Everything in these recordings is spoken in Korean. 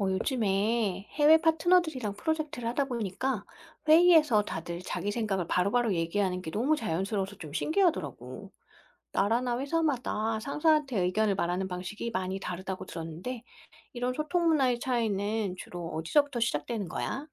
요즘에 해외 파트너들이랑 프로젝트를 하다 보니까 회의에서 다들 자기 생각을 바로바로 얘기하는 게 너무 자연스러워서 좀 신기하더라고. 나라나 회사마다 상사한테 의견을 말하는 방식이 많이 다르다고 들었는데, 이런 소통 문화의 차이는 주로 어디서부터 시작되는 거야?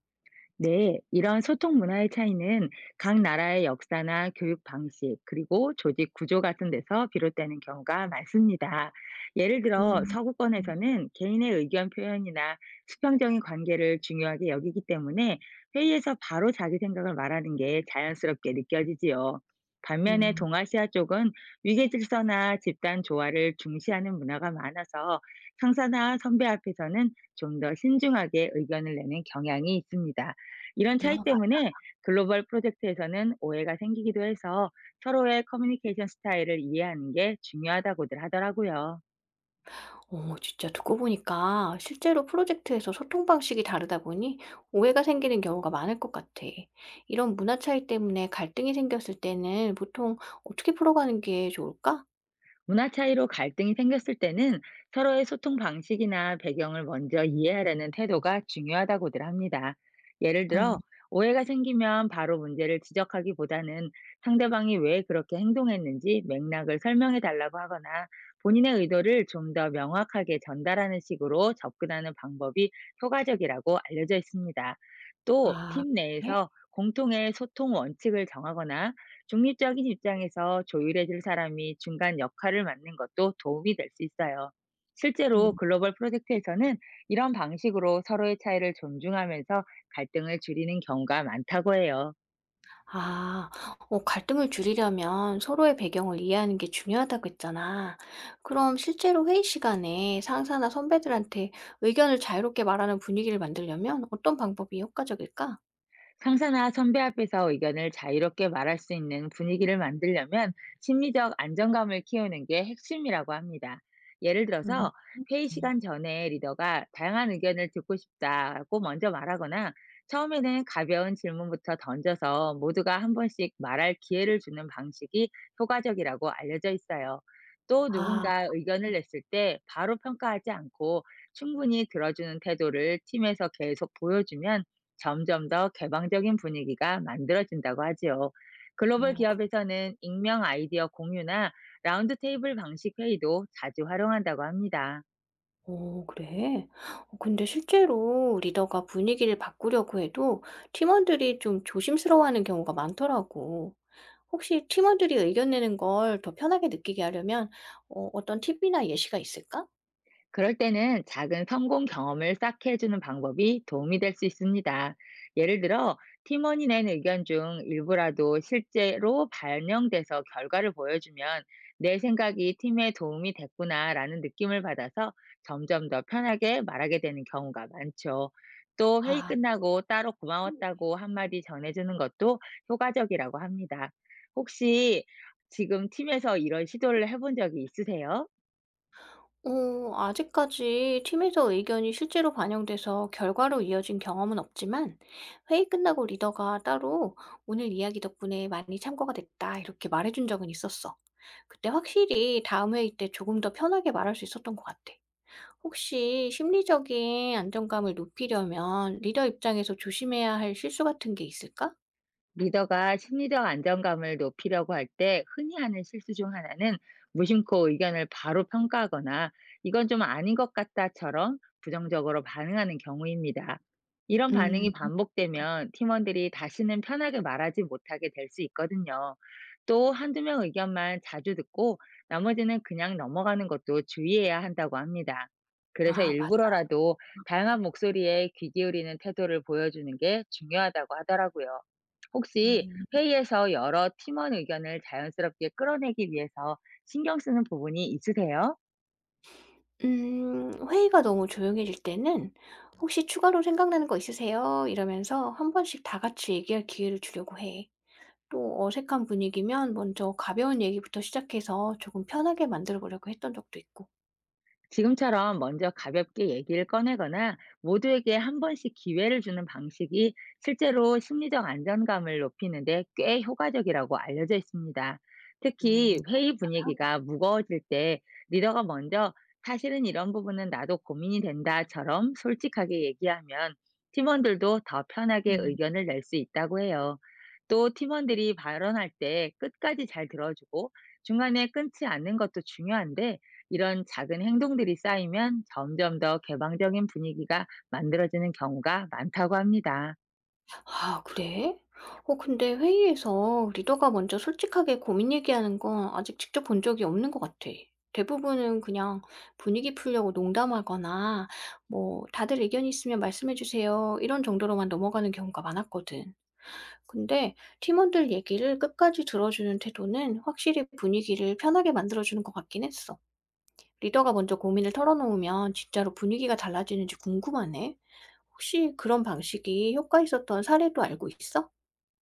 네, 이런 소통 문화의 차이는 각 나라의 역사나 교육 방식, 그리고 조직 구조 같은 데서 비롯되는 경우가 많습니다. 예를 들어, 음. 음. 서구권에서는 개인의 의견 표현이나 수평적인 관계를 중요하게 여기기 때문에 회의에서 바로 자기 생각을 말하는 게 자연스럽게 느껴지지요. 반면에 음. 동아시아 쪽은 위계 질서나 집단 조화를 중시하는 문화가 많아서 상사나 선배 앞에서는 좀 더 신중하게 의견을 내는 경향이 있습니다. 이런 차이 아. 때문에 글로벌 프로젝트에서는 오해가 생기기도 해서 서로의 커뮤니케이션 스타일을 이해하는 게 중요하다고들 하더라고요. 진짜 듣고 보니까 실제로 프로젝트에서 소통 방식이 다르다 보니 오해가 생기는 경우가 많을 것 같아. 이런 문화 차이 때문에 갈등이 생겼을 때는 보통 어떻게 풀어가는 게 좋을까? 문화 차이로 갈등이 생겼을 때는 서로의 소통 방식이나 배경을 먼저 이해하려는 태도가 중요하다고들 합니다. 예를 음. 들어, 오해가 생기면 바로 문제를 지적하기보다는 상대방이 왜 그렇게 행동했는지 맥락을 설명해 달라고 하거나 본인의 의도를 좀 더 명확하게 전달하는 식으로 접근하는 방법이 효과적이라고 알려져 있습니다. 또, 아, 팀 그래? 내에서 공통의 소통 원칙을 정하거나 중립적인 입장에서 조율해 줄 사람이 중간 역할을 맡는 것도 도움이 될 수 있어요. 실제로 음. 글로벌 프로젝트에서는 이런 방식으로 서로의 차이를 존중하면서 갈등을 줄이는 경우가 많다고 해요. 아. 갈등을 줄이려면 서로의 배경을 이해하는 게 중요하다고 했잖아. 그럼 실제로 회의 시간에 상사나 선배들한테 의견을 자유롭게 말하는 분위기를 만들려면 어떤 방법이 효과적일까? 상사나 선배 앞에서 의견을 자유롭게 말할 수 있는 분위기를 만들려면 심리적 안정감을 키우는 게 핵심이라고 합니다. 예를 음. 들어서 회의 음. 시간 전에 리더가 다양한 의견을 듣고 싶다고 먼저 말하거나, 처음에는 가벼운 질문부터 던져서 모두가 한 번씩 말할 기회를 주는 방식이 효과적이라고 알려져 있어요. 또 아. 누군가 의견을 냈을 때 바로 평가하지 않고 충분히 들어주는 태도를 팀에서 계속 보여주면 점점 더 개방적인 분위기가 만들어진다고 하지요. 글로벌 어. 기업에서는 익명 아이디어 공유나 라운드 테이블 방식 회의도 자주 활용한다고 합니다. 오, 그래? 근데 실제로 리더가 분위기를 바꾸려고 해도 팀원들이 좀 조심스러워하는 경우가 많더라고. 혹시 팀원들이 의견 내는 걸 더 편하게 느끼게 하려면 어떤 팁이나 예시가 있을까? 그럴 때는 작은 성공 경험을 쌓게 해주는 방법이 도움이 될 수 있습니다. 예를 들어, 팀원이 낸 의견 중 일부라도 실제로 반영돼서 결과를 보여주면, 내 생각이 팀에 도움이 됐구나라는 느낌을 받아서 점점 더 편하게 말하게 되는 경우가 많죠. 또 회의 아. 끝나고 따로 고마웠다고 한마디 전해주는 것도 효과적이라고 합니다. 혹시 지금 팀에서 이런 시도를 해본 적이 있으세요? 아직까지 팀에서 의견이 실제로 반영돼서 결과로 이어진 경험은 없지만 회의 끝나고 리더가 따로 "오늘 이야기 덕분에 많이 참고가 됐다." 이렇게 말해준 적은 있었어. 그때 확실히 다음 회의 때 조금 더 편하게 말할 수 있었던 것 같아. 혹시 심리적인 안정감을 높이려면 리더 입장에서 조심해야 할 실수 같은 게 있을까? 리더가 심리적 안정감을 높이려고 할 때 흔히 하는 실수 중 하나는, 무심코 의견을 바로 평가하거나 이건 좀 아닌 것 같다처럼 부정적으로 반응하는 경우입니다. 이런 반응이 음. 반복되면 팀원들이 다시는 편하게 말하지 못하게 될 수 있거든요. 또 한두 명 의견만 자주 듣고 나머지는 그냥 넘어가는 것도 주의해야 한다고 합니다. 그래서 아, 맞아. 일부러라도 다양한 목소리에 귀 기울이는 태도를 보여주는 게 중요하다고 하더라고요. 혹시 음. 회의에서 여러 팀원 의견을 자연스럽게 끌어내기 위해서 신경 쓰는 부분이 있으세요? 회의가 너무 조용해질 때는 "혹시 추가로 생각나는 거 있으세요?" 이러면서 한 번씩 다 같이 얘기할 기회를 주려고 해. 또 어색한 분위기면 먼저 가벼운 얘기부터 시작해서 조금 편하게 만들어 보려고 했던 적도 있고. 지금처럼 먼저 가볍게 얘기를 꺼내거나 모두에게 한 번씩 기회를 주는 방식이 실제로 심리적 안정감을 높이는데 꽤 효과적이라고 알려져 있습니다. 특히 회의 분위기가 무거워질 때 리더가 먼저 사실은 이런 부분은 나도 고민이 된다처럼 솔직하게 얘기하면, 팀원들도 더 편하게 음. 의견을 낼 수 있다고 해요. 또 팀원들이 발언할 때 끝까지 잘 들어주고 중간에 끊지 않는 것도 중요한데, 이런 작은 행동들이 쌓이면 점점 더 개방적인 분위기가 만들어지는 경우가 많다고 합니다. 아, 그래? 근데 회의에서 리더가 먼저 솔직하게 고민 얘기하는 건 아직 직접 본 적이 없는 것 같아. 대부분은 그냥 분위기 풀려고 농담하거나 뭐 "다들 의견 있으면 말씀해 주세요." 이런 정도로만 넘어가는 경우가 많았거든. 근데 팀원들 얘기를 끝까지 들어주는 태도는 확실히 분위기를 편하게 만들어주는 것 같긴 했어. 리더가 먼저 고민을 털어놓으면 진짜로 분위기가 달라지는지 궁금하네. 혹시 그런 방식이 효과 있었던 사례도 알고 있어?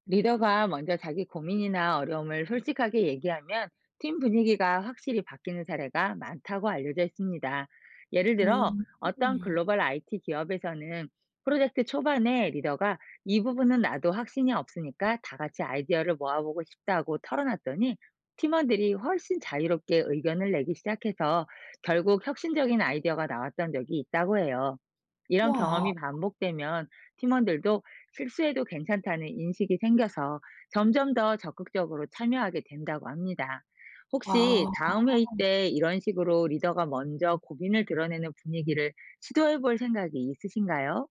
리더가 먼저 자기 고민이나 어려움을 솔직하게 얘기하면 팀 분위기가 확실히 바뀌는 사례가 많다고 알려져 있습니다. 예를 들어, 음. 어떤 글로벌 IT 기업에서는 프로젝트 초반에 리더가 이 부분은 나도 확신이 없으니까 다 같이 아이디어를 모아보고 싶다고 털어놨더니, 팀원들이 훨씬 자유롭게 의견을 내기 시작해서 결국 혁신적인 아이디어가 나왔던 적이 있다고 해요. 이런 우와. 경험이 반복되면 팀원들도 실수해도 괜찮다는 인식이 생겨서 점점 더 적극적으로 참여하게 된다고 합니다. 혹시 아. 다음 회의 때 이런 식으로 리더가 먼저 고민을 드러내는 분위기를 시도해 볼 생각이 있으신가요?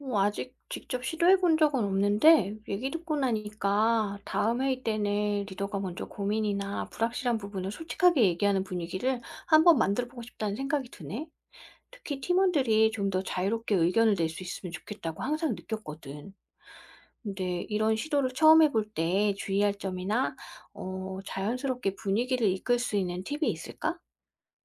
아직 직접 시도해 본 적은 없는데 얘기 듣고 나니까 다음 회의 때는 리더가 먼저 고민이나 불확실한 부분을 솔직하게 얘기하는 분위기를 한번 만들어 보고 싶다는 생각이 드네. 특히 팀원들이 좀 더 자유롭게 의견을 낼 수 있으면 좋겠다고 항상 느꼈거든. 근데 이런 시도를 처음 해볼 때 주의할 점이나 자연스럽게 분위기를 이끌 수 있는 팁이 있을까?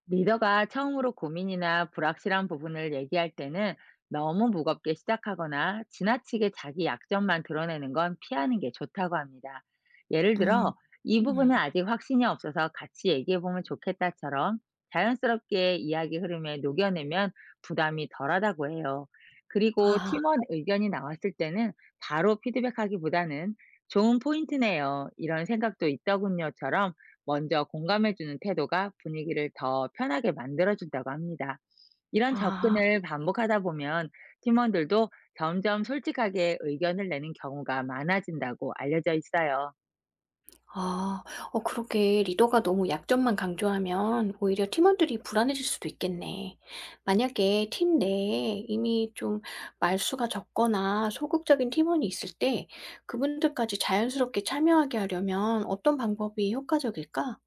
리더가 처음으로 고민이나 불확실한 부분을 얘기할 때는 너무 무겁게 시작하거나 지나치게 자기 약점만 드러내는 건 피하는 게 좋다고 합니다. 예를 음. 들어, 이 부분은 아직 확신이 없어서 같이 얘기해보면 좋겠다처럼 자연스럽게 이야기 흐름에 녹여내면 부담이 덜하다고 해요. 그리고 아. 팀원 의견이 나왔을 때는 바로 피드백하기보다는 좋은 포인트네요. 이런 생각도 있더군요.처럼 먼저 공감해주는 태도가 분위기를 더 편하게 만들어준다고 합니다. 이런 아. 접근을 반복하다 보면 팀원들도 점점 솔직하게 의견을 내는 경우가 많아진다고 알려져 있어요. 아. 그렇게 리더가 너무 약점만 강조하면 오히려 팀원들이 불안해질 수도 있겠네. 만약에 팀 내에 이미 좀 말수가 적거나 소극적인 팀원이 있을 때 그분들까지 자연스럽게 참여하게 하려면 어떤 방법이 효과적일까?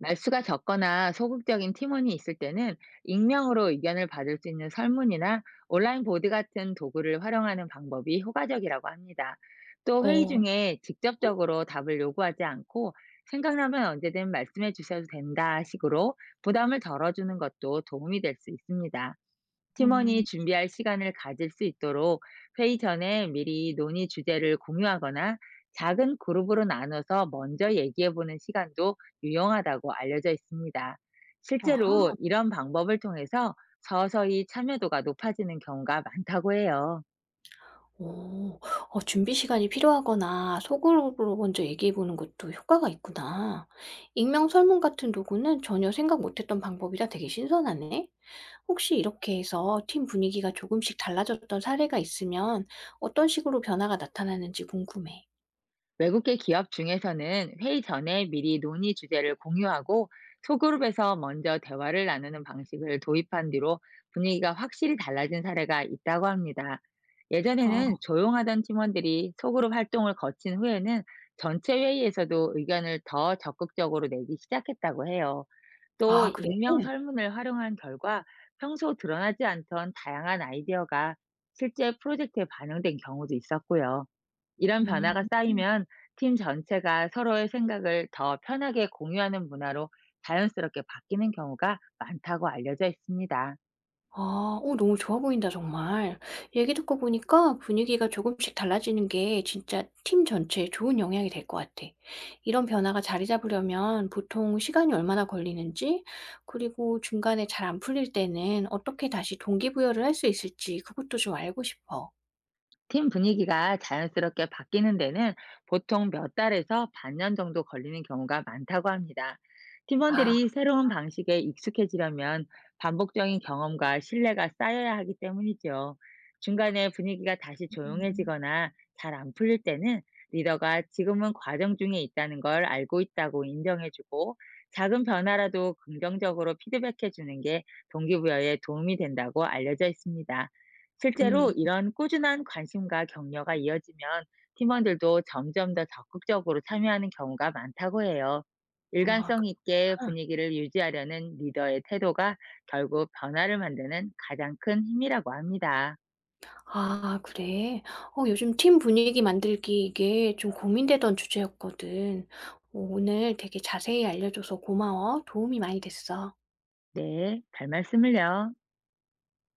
말수가 적거나 소극적인 팀원이 있을 때는 익명으로 의견을 받을 수 있는 설문이나 온라인 보드 같은 도구를 활용하는 방법이 효과적이라고 합니다. 또 회의 어. 중에 직접적으로 답을 요구하지 않고 생각나면 언제든 말씀해 주셔도 된다 식으로 부담을 덜어주는 것도 도움이 될 수 있습니다. 팀원이 음. 준비할 시간을 가질 수 있도록 회의 전에 미리 논의 주제를 공유하거나 작은 그룹으로 나눠서 먼저 얘기해보는 시간도 유용하다고 알려져 있습니다. 아하. 실제로 이런 방법을 통해서 서서히 참여도가 높아지는 경우가 많다고 해요. 오, 준비 시간이 필요하거나 소그룹으로 먼저 얘기해 보는 것도 효과가 있구나. 익명 설문 같은 도구는 전혀 생각 못 했던 방법이라 되게 신선하네. 혹시 이렇게 해서 팀 분위기가 조금씩 달라졌던 사례가 있으면 어떤 식으로 변화가 나타나는지 궁금해. 외국계 기업 중에서는 회의 전에 미리 논의 주제를 공유하고 소그룹에서 먼저 대화를 나누는 방식을 도입한 뒤로 분위기가 확실히 달라진 사례가 있다고 합니다. 예전에는 아. 조용하던 팀원들이 소그룹 활동을 거친 후에는 전체 회의에서도 의견을 더 적극적으로 내기 시작했다고 해요. 또 아, 그래? 익명 설문을 활용한 결과 평소 드러나지 않던 다양한 아이디어가 실제 프로젝트에 반영된 경우도 있었고요. 이런 음. 변화가 쌓이면 팀 전체가 서로의 생각을 더 편하게 공유하는 문화로 자연스럽게 바뀌는 경우가 많다고 알려져 있습니다. 아. 너무 좋아 보인다 정말. 얘기 듣고 보니까 분위기가 조금씩 달라지는 게 진짜 팀 전체에 좋은 영향이 될 것 같아. 이런 변화가 자리 잡으려면 보통 시간이 얼마나 걸리는지, 그리고 중간에 잘 안 풀릴 때는 어떻게 다시 동기부여를 할 수 있을지 그것도 좀 알고 싶어. 팀 분위기가 자연스럽게 바뀌는 데는 보통 몇 달에서 반년 정도 걸리는 경우가 많다고 합니다. 아. 팀원들이 새로운 방식에 익숙해지려면 반복적인 경험과 신뢰가 쌓여야 하기 때문이죠. 중간에 분위기가 다시 음. 조용해지거나 잘 안 풀릴 때는 리더가 지금은 과정 중에 있다는 걸 알고 있다고 인정해주고 작은 변화라도 긍정적으로 피드백해주는 게 동기부여에 도움이 된다고 알려져 있습니다. 실제로 음. 이런 꾸준한 관심과 격려가 이어지면 팀원들도 점점 더 적극적으로 참여하는 경우가 많다고 해요. 아. 일관성 있게 아. 분위기를 유지하려는 리더의 태도가 결국 변화를 만드는 가장 큰 힘이라고 합니다. 아, 그래? 요즘 팀 분위기 만들기 이게 좀 고민되던 주제였거든. 오늘 되게 자세히 알려줘서 고마워. 도움이 많이 됐어. 네, 별 말씀을요.